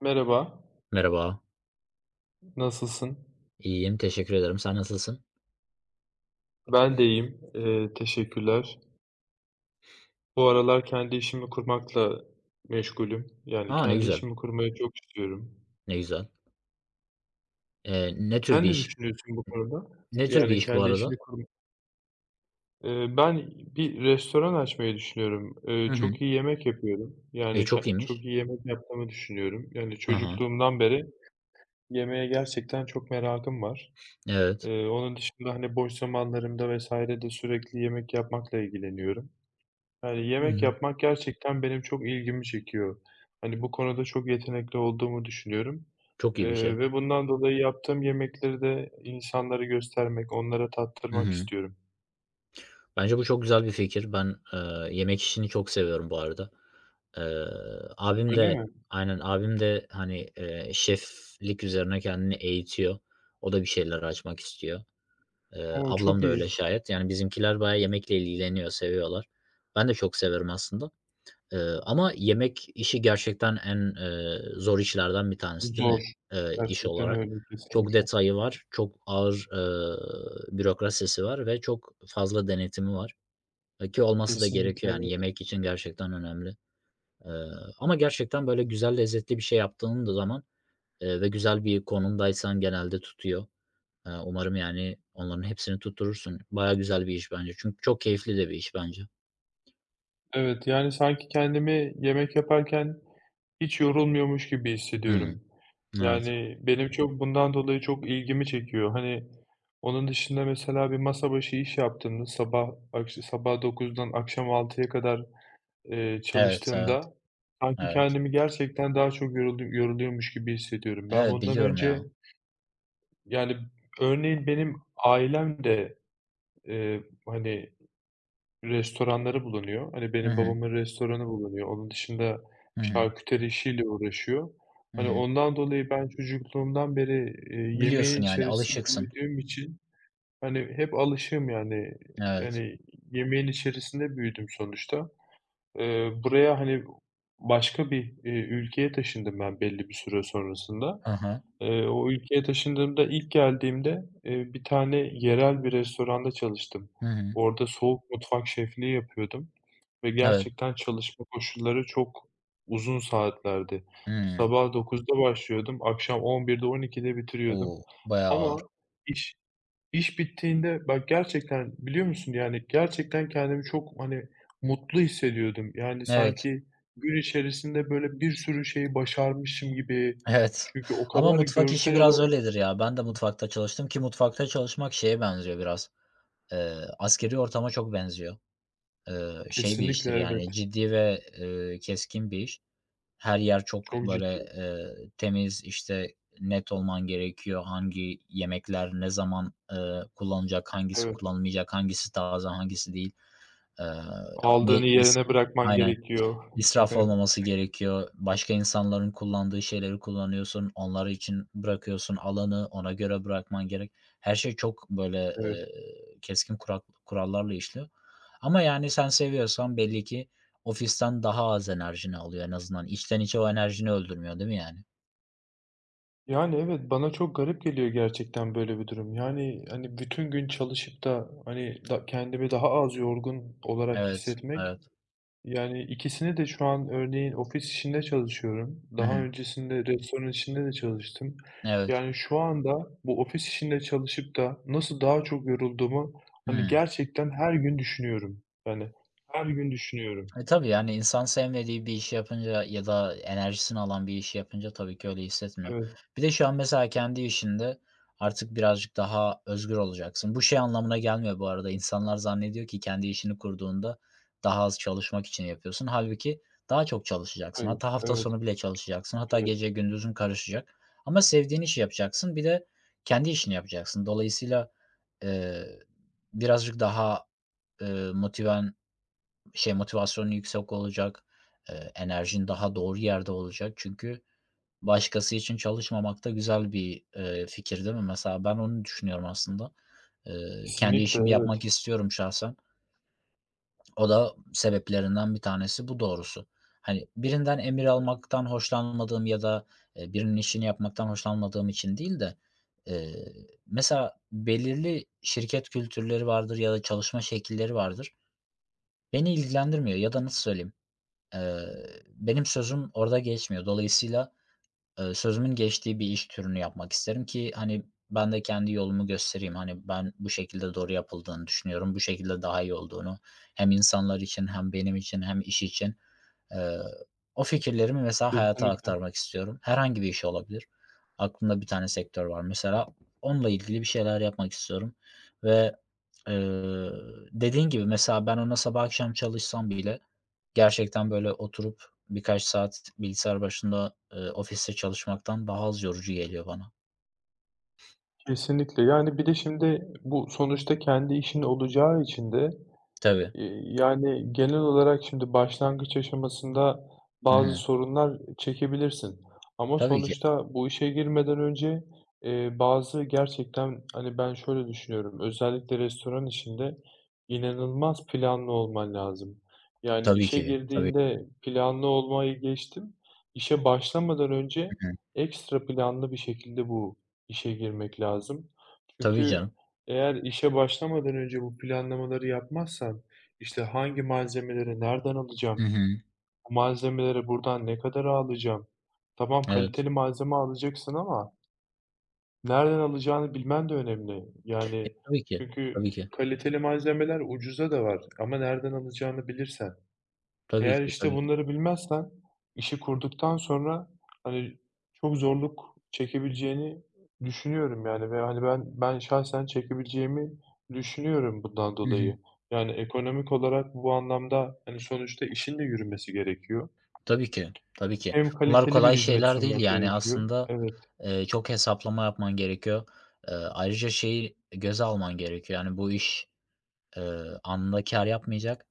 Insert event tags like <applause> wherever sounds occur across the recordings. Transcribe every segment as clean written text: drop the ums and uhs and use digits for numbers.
Merhaba, Merhaba. nasılsın? İyiyim, teşekkür ederim. Sen nasılsın? Ben de iyiyim, teşekkürler. Bu aralar kendi işimi kurmakla meşgulüm. Yani Aa ne kendi güzel, işimi kurmayı çok istiyorum. ne güzel. Ne tür Sen bir ne iş? düşünüyorsun bu konuda? Ne tür bir Yani iş bu kendi arada? işini kurma. Ben bir restoran açmayı düşünüyorum. Hı hı. Çok iyi yemek yapıyorum. Yani E, çok iyiymiş. çok iyi yemek yaptığımı düşünüyorum. Yani Hı. çocukluğumdan beri yemeğe gerçekten çok merakım var. Evet. Onun dışında hani boş zamanlarımda vesaire de sürekli yemek yapmakla ilgileniyorum. Yani, Hı yemek hı. yapmak gerçekten benim çok ilgimi çekiyor. Hani, bu konuda çok yetenekli olduğumu düşünüyorum, Çok iyi bir şey. Ve bundan dolayı yaptığım yemekleri de insanlara göstermek, onlara Hı tattırmak hı. istiyorum. Bence bu çok güzel bir fikir. Ben, yemek işini çok seviyorum bu arada. Eee, abim Öyle de. mi? Aynen, abim de, hani, şeflik üzerine kendini eğitiyor. O da bir şeyler açmak istiyor. Eee, O, ablam çok da öyle iyi. şayet. Yani bizimkiler bayağı yemekle ilgileniyor, seviyorlar. Ben de çok severim aslında. Ama yemek işi gerçekten en, zor işlerden bir tanesi değil Zor. mi, iş Gerçekten olarak? öyle, Çok kesinlikle. detayı var, çok ağır, bürokrasisi var ve çok fazla denetimi var, ki olması da Kesinlikle, gerekiyor yani evet. yemek için gerçekten önemli. Eee, ama gerçekten böyle güzel, lezzetli bir şey yaptığın da zaman, ve güzel bir konumdaysan genelde tutuyor. Umarım yani onların hepsini tutturursun. Bayağı güzel bir iş bence çünkü çok keyifli de bir iş bence. Evet, yani, sanki kendimi yemek yaparken hiç yorulmuyormuş gibi Hımm. hissediyorum. Evet. Yani, benim çok bundan dolayı çok ilgimi çekiyor. Hani, onun dışında mesela bir masa başı iş yaptığımda sabah sabah dokuzdan akşam altıya kadar, Evet, çalıştığımda evet, sanki evet. kendimi gerçekten daha çok yoruluyormuş gibi hissediyorum. Ben Evet, bundan biliyorum önce, ya. yani, örneğin benim ailem de, hani restoranları bulunuyor. Hani, Hı benim hı. babamın restoranı bulunuyor. Onun dışında Hı hı. şarküteri işiyle uğraşıyor. Hı Hani, hı. ondan dolayı ben çocukluğumdan beri, Biliyorsun yemeğin yani, içerisinde alışıksın. büyüdüğüm için, hani, hep alışığım yani. Evet. Yani, yemeğin içerisinde büyüdüm sonuçta. Buraya, hani, başka bir, ülkeye taşındım ben belli bir süre sonrasında. Hı hı. O ülkeye taşındığımda, ilk geldiğimde, bir tane yerel bir restoranda çalıştım. Hı hı. Orada soğuk mutfak şefliği yapıyordum. Ve Evet. gerçekten çalışma koşulları çok uzun saatlerdi. Hımm. Sabah dokuzda başlıyordum, akşam 11'de 12'de bitiriyordum O! Bayağı ağır. ama iş iş bittiğinde bak gerçekten biliyor musun, yani, gerçekten kendimi çok, hani, mutlu hissediyordum. Yani, Evet. <laughs> sanki gün içerisinde böyle bir sürü şeyi başarmışım gibi. Evet. Çünkü o Ama kadar mutfak işi görsel biraz olarak öyledir ya. Ben de mutfakta çalıştım ki mutfakta çalışmak şeye benziyor biraz, askerî ortama çok benziyor. Şey bir kesinlikle iştir yani, evet, ciddi ve, keskin bir iş. Her yer çok çok böyle, ciddi. Temiz, işte, net olman gerekiyor. Hangi yemekler ne zaman, kullanılacak, hangisi Evet. kullanılmayacak, hangisi taze, hangisi değil. Eee, ne Aldığını is yerine bırakman Aynen. gerekiyor. İsraf <laughs> olmaması gerekiyor. Başka insanların kullandığı şeyleri kullanıyorsun. Onlar için bırakıyorsun alanı, ona göre bırakman gerek. Her şey çok böyle, Evet. Keskin kurak kurallarla işliyor. Ama, yani, sen seviyorsan belli ki ofisten daha az enerjini alıyor en azından. İçten içe o enerjini öldürmüyor, değil mi yani? Yani evet, bana çok garip geliyor gerçekten böyle bir durum. Yani hani bütün gün çalışıp da hani da kendimi daha az yorgun olarak Evet, hissetmek. evet. Yani ikisini de şu an örneğin ofis işinde çalışıyorum. Hı Daha hı. öncesinde restoran işinde de çalıştım. Evet. Yani şu anda bu ofis işinde çalışıp da nasıl daha çok yorulduğumu hani Hıı. gerçekten her gün düşünüyorum. Yani her gün düşünüyorum. E, tabii, yani, insan sevmediği bir işi yapınca ya da enerjisini alan bir işi yapınca tabii ki öyle hissetmiyor. Evet, Bir de şu an mesela kendi işinde artık birazcık daha özgür olacaksın. Bu şey anlamına gelmiyor bu arada. İnsanlar zannediyor ki kendi işini kurduğunda daha az çalışmak için yapıyorsun. Halbuki daha çok çalışacaksın. hayır, Hatta hafta evet, sonu bile çalışacaksın. Hatta evet. gece gündüzün karışacak ama sevdiğin işi yapacaksın. Bir de kendi işini yapacaksın. Dolayısıyla, eee, birazcık daha, motiven şey, motivasyonun yüksek olacak, enerjin daha doğru yerde olacak. Çünkü başkası için çalışmamak da güzel bir, fikir değil mi? Mesela ben onu düşünüyorum aslında. Kendi Kesinlikle işimi evet. yapmak istiyorum şahsen. O da sebeplerinden bir tanesi bu doğrusu. Hani, birinden emir almaktan hoşlanmadığım ya da, birinin işini yapmaktan hoşlanmadığım için değil de, eee, mesela belirli şirket kültürleri vardır ya da çalışma şekilleri vardır. Beni ilgilendirmiyor ya da nasıl söyleyeyim? Benim sözüm orada geçmiyor. Dolayısıyla, sözümün geçtiği bir iş türünü yapmak isterim ki, hani, ben de kendi yolumu göstereyim. Hani, ben bu şekilde doğru yapıldığını düşünüyorum, bu şekilde daha iyi olduğunu hem insanlar için hem benim için hem iş için. Eee, o fikirlerimi mesela hayata Kesinlikle. aktarmak istiyorum. Herhangi bir iş olabilir. Aklımda bir tane sektör var mesela. Onunla ilgili bir şeyler yapmak istiyorum ve Eee, dediğin gibi mesela ben ona sabah akşam çalışsam bile gerçekten böyle oturup birkaç saat bilgisayar başında, ofiste çalışmaktan daha az yorucu geliyor bana. Kesinlikle. Yani bir de şimdi bu sonuçta kendi işin olacağı için de, Tabii. Yani, genel olarak şimdi başlangıç aşamasında Hı bazı hı. sorunlar çekebilirsin ama Tabii ki. sonuçta bu işe girmeden önce, bazı gerçekten, hani, ben şöyle düşünüyorum, özellikle restoran işinde inanılmaz planlı olman lazım. Yani, Tabii işe ki. Tabii. girdiğinde planlı olmayı geçtim, İşe başlamadan önce Hı hı. ekstra planlı bir şekilde bu işe girmek lazım. Tabii Çünkü canım. eğer işe başlamadan önce bu planlamaları yapmazsan işte hangi malzemeleri nereden Hı alacağım? hı. Bu malzemeleri buradan ne kadara alacağım? Tamam, Evet. kaliteli malzeme alacaksın ama nereden alacağını bilmen de önemli. Yani Tabii ki. çünkü Tabii ki. kaliteli malzemeler ucuza da var ama nereden alacağını bilirsen. Tabii Eğer ki. işte Tabii ki. bunları bilmezsen işi kurduktan sonra, hani, çok zorluk çekebileceğini düşünüyorum yani ve, hani, ben şahsen çekebileceğimi düşünüyorum bundan Hı hı. dolayı. Yani ekonomik olarak bu anlamda, hani, sonuçta işin de yürümesi gerekiyor. Tabii ki. Tabii ki. Hem Bunlar kaliteli bir kolay hizmet şeyler değil sunmak yani gerekiyor. aslında, Evet, çok hesaplama yapman gerekiyor. Ayrıca şeyi göze alman gerekiyor, yani bu iş anında kâr yapmayacak,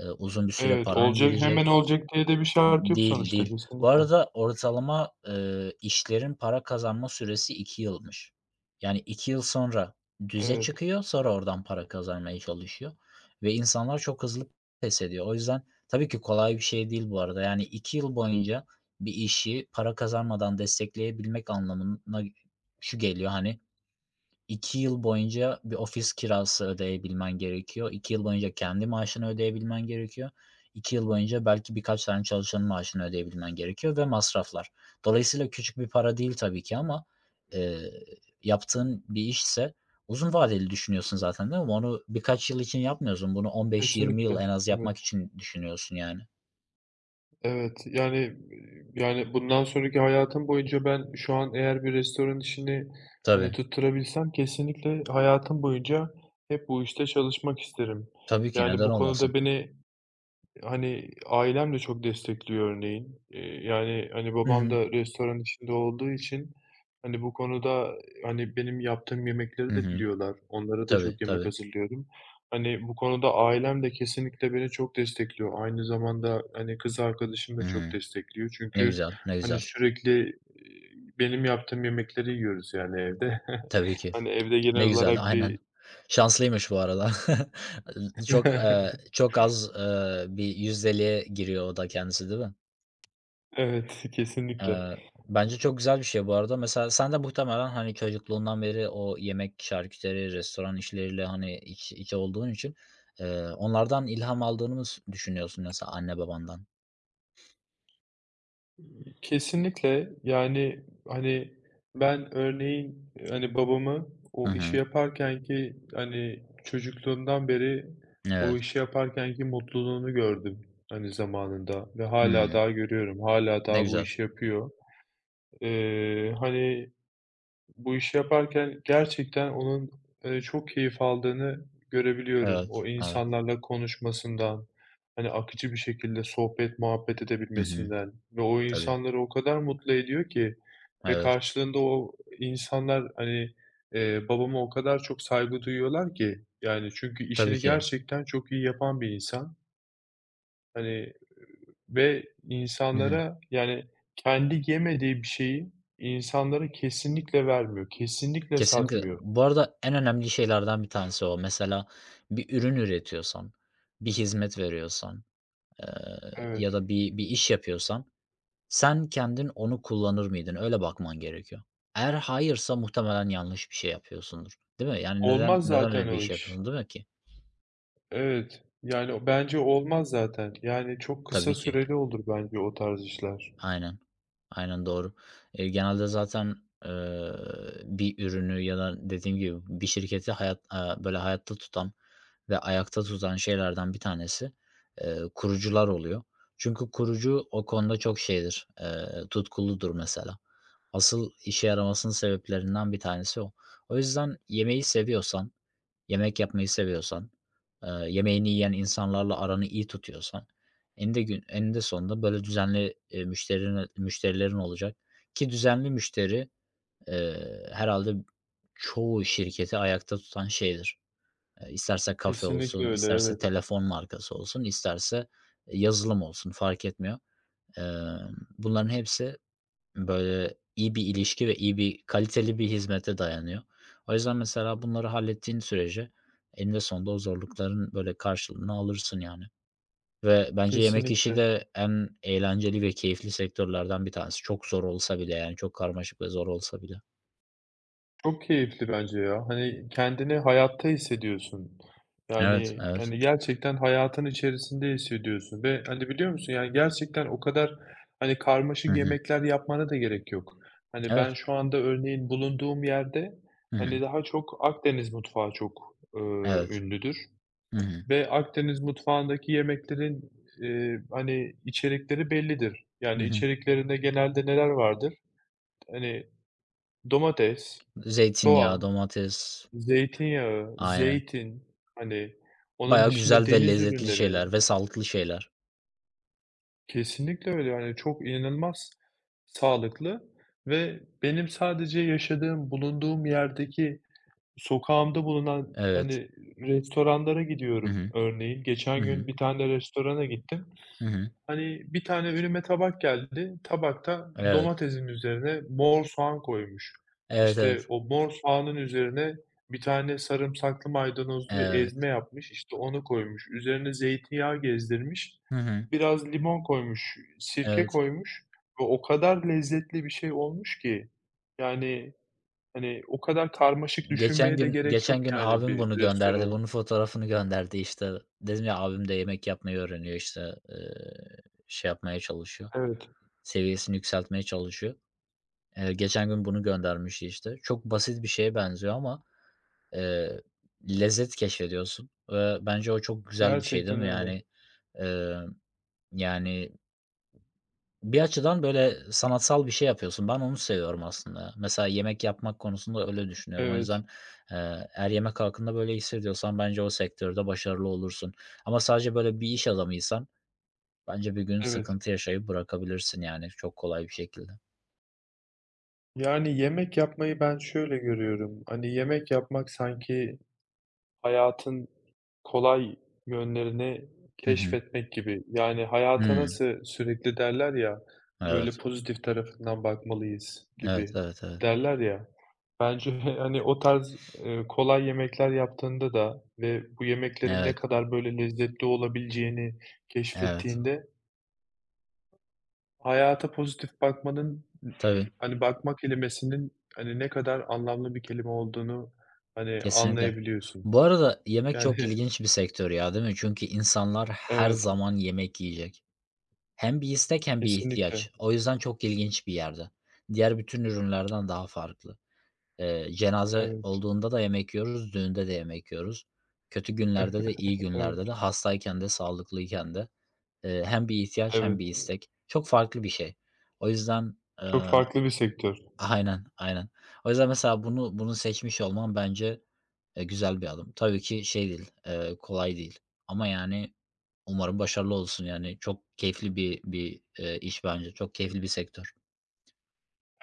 uzun bir süre evet, paran olacak gidecek. hemen olacak diye de bir şart yok Değil, sonuçta değil. Bu kesinlikle. arada ortalama, işlerin para kazanma süresi 2 yılmış. Yani 2 yıl sonra düze Evet, çıkıyor, sonra oradan para kazanmaya çalışıyor ve insanlar çok hızlı pes ediyor. O yüzden tabii ki kolay bir şey değil bu arada. Yani 2 yıl boyunca bir işi para kazanmadan destekleyebilmek anlamına şu geliyor, hani, 2 yıl boyunca bir ofis kirası ödeyebilmen gerekiyor. 2 yıl boyunca kendi maaşını ödeyebilmen gerekiyor. İki yıl boyunca belki birkaç tane çalışanın maaşını ödeyebilmen gerekiyor ve masraflar. Dolayısıyla küçük bir para değil tabii ki ama, eee, yaptığın bir işse uzun vadeli düşünüyorsun zaten, değil mi? Onu birkaç yıl için yapmıyorsun. Bunu 15-20 yıl kesinlikle. en az Evet. yapmak için düşünüyorsun yani. Evet, yani, yani, bundan sonraki hayatım boyunca ben şu an eğer bir restoran işini, hani, Tabii. tutturabilsem kesinlikle hayatım boyunca hep bu işte çalışmak isterim. Tabii ki, Yani, neden bu olmasın? konuda beni hani, ailem de çok destekliyor örneğin. Yani, hani, Hı babam hı. da restoran içinde olduğu için, hani, bu konuda, hani, benim yaptığım yemekleri Hı de hı. biliyorlar. Onlara da Tabii, çok yemek tabii. hazırlıyorum. Hani, bu konuda ailem de kesinlikle beni çok destekliyor. Aynı zamanda, hani, kız arkadaşım Hı da çok hı. destekliyor. Ne Çünkü, güzel, ne hani, güzel. sürekli, eee, benim yaptığım yemekleri yiyoruz yani evde. <laughs> Tabii ki. Hani, evde genel Ne güzel, olarak aynen. bir Şanslıymış bu arada. <laughs> Çok, <laughs> çok az, bir yüzdeliğe giriyor o da kendisi, değil mi? evet, kesinlikle. Eee, bence çok güzel bir şey bu arada. Mesela sen de muhtemelen, hani, çocukluğundan beri o yemek, şarküteri, restoran işleriyle, hani, iç içe olduğun için, onlardan ilham aldığını mı s düşünüyorsun mesela anne babandan? Kesinlikle. Yani, hani, ben örneğin, hani, babamı Hı o işi hı. yaparkenki, hani, çocukluğumdan beri o Evet. işi yaparkenki mutluluğunu gördüm, hani, zamanında ve hala Hı. daha görüyorum. Hala Ne daha bu güzel. işi yapıyor. Hani bu işi yaparken gerçekten onun, çok keyif aldığını görebiliyorum. Evet, O evet. insanlarla konuşmasından, hani, akıcı bir şekilde sohbet muhabbet Hı hı. edebilmesinden ve o Tabii. insanları o kadar mutlu ediyor ki ve Evet. karşılığında o insanlar, hani, babama o kadar çok saygı duyuyorlar ki, yani, çünkü Tabii işini ki. gerçekten çok iyi yapan bir insan. Hani, ve Hı hı. insanlara, yani, kendi yemediği bir şeyi insanlara kesinlikle vermiyor, kesinlikle Kesinlikle. satmıyor. Bu arada en önemli şeylerden bir tanesi o. Mesela bir ürün üretiyorsan, bir hizmet veriyorsan, eee, ya Evet. da bir bir iş yapıyorsan sen kendin onu kullanır mıydın? Öyle bakman gerekiyor. Eğer hayırsa muhtemelen yanlış bir şey yapıyorsundur, değil mi? Yani neden Olmaz neden zaten öyle bir o iş iş. yapıyorsun, değil mi ki? Evet. Yani, o bence olmaz zaten. Yani, çok kısa Tabii ki. süreli olur bence o tarz işler. Aynen. Aynen doğru. Genelde zaten, eee, bir ürünü ya da dediğim gibi bir şirketi böyle hayatta tutan ve ayakta tutan şeylerden bir tanesi, kurucular oluyor. Çünkü kurucu o konuda çok şeydir, tutkuludur mesela. Asıl işe yaramasının sebeplerinden bir tanesi o. O yüzden yemeği seviyorsan yemek yapmayı seviyorsan, yemeğini yiyen insanlarla aranı iyi tutuyorsan eninde sonunda böyle düzenli, müşterilerin olacak ki düzenli müşteri, herhâlde çoğu şirketi ayakta tutan şeydir. İsterse kafe olsun, Kesinlikle öyle, isterse evet. telefon markası olsun, isterse yazılım olsun fark etmiyor. Emm, bunların hepsi böyle iyi bir ilişki ve iyi bir kaliteli bir hizmete dayanıyor. O yüzden mesela bunları hallettiğin sürece eninde sonunda o zorlukların böyle karşılığını alırsın yani. Ve bence yemek işi Kesinlikle. de en eğlenceli ve keyifli sektörlerden bir tanesi. Çok zor olsa bile yani çok karmaşık ve zor olsa bile. Çok keyifli bence ya. Hani kendini hayatta hissediyorsun. Evet, Yani, evet. hani, gerçekten hayatın içerisinde hissediyorsun ve, hani, biliyor musun, yani, gerçekten o kadar, hani, Hı karmaşık hı. yemekler yapmana da gerek yok. Hani, Evet. ben şu anda örneğin bulunduğum yerde, Hı hani, hı. daha çok Akdeniz mutfağı çok, Evet. ünlüdür Hı hı. ve Akdeniz mutfağındaki yemeklerin, hani, içerikleri bellidir. Hı Yani, hı. içeriklerinde genelde neler vardır? Hani, domates, Zeytinyağı, soğan, domates. zeytinyağı, Aynen. zeytin, hani, onun Bayağı dışında güzel ve deniz lezzetli ürünleri, şeyler ve sağlıklı şeyler. kesinlikle öyle, yani, çok inanılmaz sağlıklı ve benim sadece yaşadığım, bulunduğum yerdeki sokağımda bulunan, Evet. hani, restoranlara Hı gidiyorum hı. örneğin. Geçen Hı gün hı. bir tane restorana gittim. Hı hı. Hani, bir tane önüme tabak geldi. Tabakta Evet. domatesin üzerine mor soğan koymuş. Evet, evet. İşte, o mor soğanın üzerine bir tane sarımsaklı maydanozlu bir Evet. ezme yapmış, İşte onu koymuş. Üzerine zeytinyağı gezdirmiş. Hı hı. Biraz limon koymuş, sirke Evet. koymuş ve o kadar lezzetli bir şey olmuş ki, yani, hani, o kadar karmaşık Geçen düşünmeye de gün gerek yok, geçen gün yani, abim bir bunu gönderdi. restoran. Bunun fotoğrafını gönderdi, işte. Dedim ya, abim de yemek yapmayı öğreniyor, işte, şey yapmaya çalışıyor, Evet, seviyesini yükseltmeye çalışıyor. Geçen gün bunu göndermişti, işte. Çok basit bir şeye benziyor ama, eee, lezzet keşfediyorsun ve bence o çok güzel bir şey, değil gerçekten mi? öyle. Yani, eee, yani bir açıdan böyle sanatsal bir şey yapıyorsun. Ben onu seviyorum aslında. Mesela yemek yapmak konusunda öyle düşünüyorum. O Evet, yüzden, eğer yemek hakkında böyle hissediyorsan bence o sektörde başarılı olursun. Ama sadece böyle bir iş adamıysan bence bir gün evet. sıkıntı yaşayıp bırakabilirsin yani çok kolay bir şekilde. Yani yemek yapmayı ben şöyle görüyorum. Hani yemek yapmak sanki hayatın kolay yönlerini Hı hı. keşfetmek gibi. Yani hayata Hıı. nasıl sürekli derler ya, böyle Evet. pozitif tarafından bakmalıyız Evet, gibi evet, evet. derler ya. Bence <laughs> hani o tarz kolay yemekler yaptığında da ve bu yemeklerin ne Evet, kadar böyle lezzetli olabileceğini evet. keşfettiğinde hayata pozitif bakmanın Tabii, hani, bakma kelimesinin, hani, ne kadar anlamlı bir kelime olduğunu, hani, kesinlikle. anlayabiliyorsun. Bu arada yemek çok Yani <laughs> ilginç bir sektör ya, değil mi? Çünkü insanlar her evet, zaman yemek yiyecek. Hem bir istek hem bir kesinlikle. ihtiyaç. O yüzden çok ilginç bir yerde. Diğer bütün ürünlerden daha farklı. Cenaze Evet, olduğunda da yemek yiyoruz, düğünde de yemek yiyoruz. Kötü günlerde de, iyi evet, günlerde de, hastayken de, sağlıklıyken de, hem bir ihtiyaç hem evet. bir istek. Çok farklı bir şey. O yüzden. Çok farklı bir sektör. Aynen, aynen. O yüzden mesela bunu seçmiş olman bence, güzel bir adım. Tabii ki şey değil, kolay değil ama yani umarım başarılı olursun. Yani çok keyifli bir iş bence. Çok keyifli bir sektör.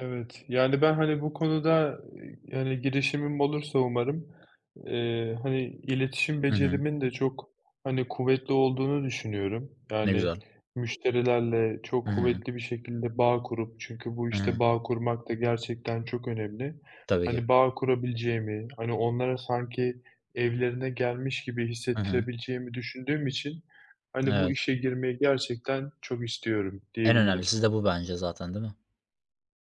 Evet, yani, ben, hani, bu konuda, yani, girişimim olursa umarım, hani, iletişim Hı hı. becerimin de çok, hani, kuvvetli olduğunu düşünüyorum. Ne Yani, güzel. müşterilerle Hı çok hı. kuvvetli bir şekilde bağ kurup çünkü bu Hı işte hı. bağ kurmak da gerçekten çok önemli. Tabii ki. Hani, bağ kurabileceğimi, hani, onlara sanki evlerine gelmiş gibi Hı hı. hissettirebileceğimi düşündüğüm için, hani, bu Evet. işe girmeyi gerçekten çok istiyorum En diyebilirim. önemlisi de bu bence zaten, değil mi?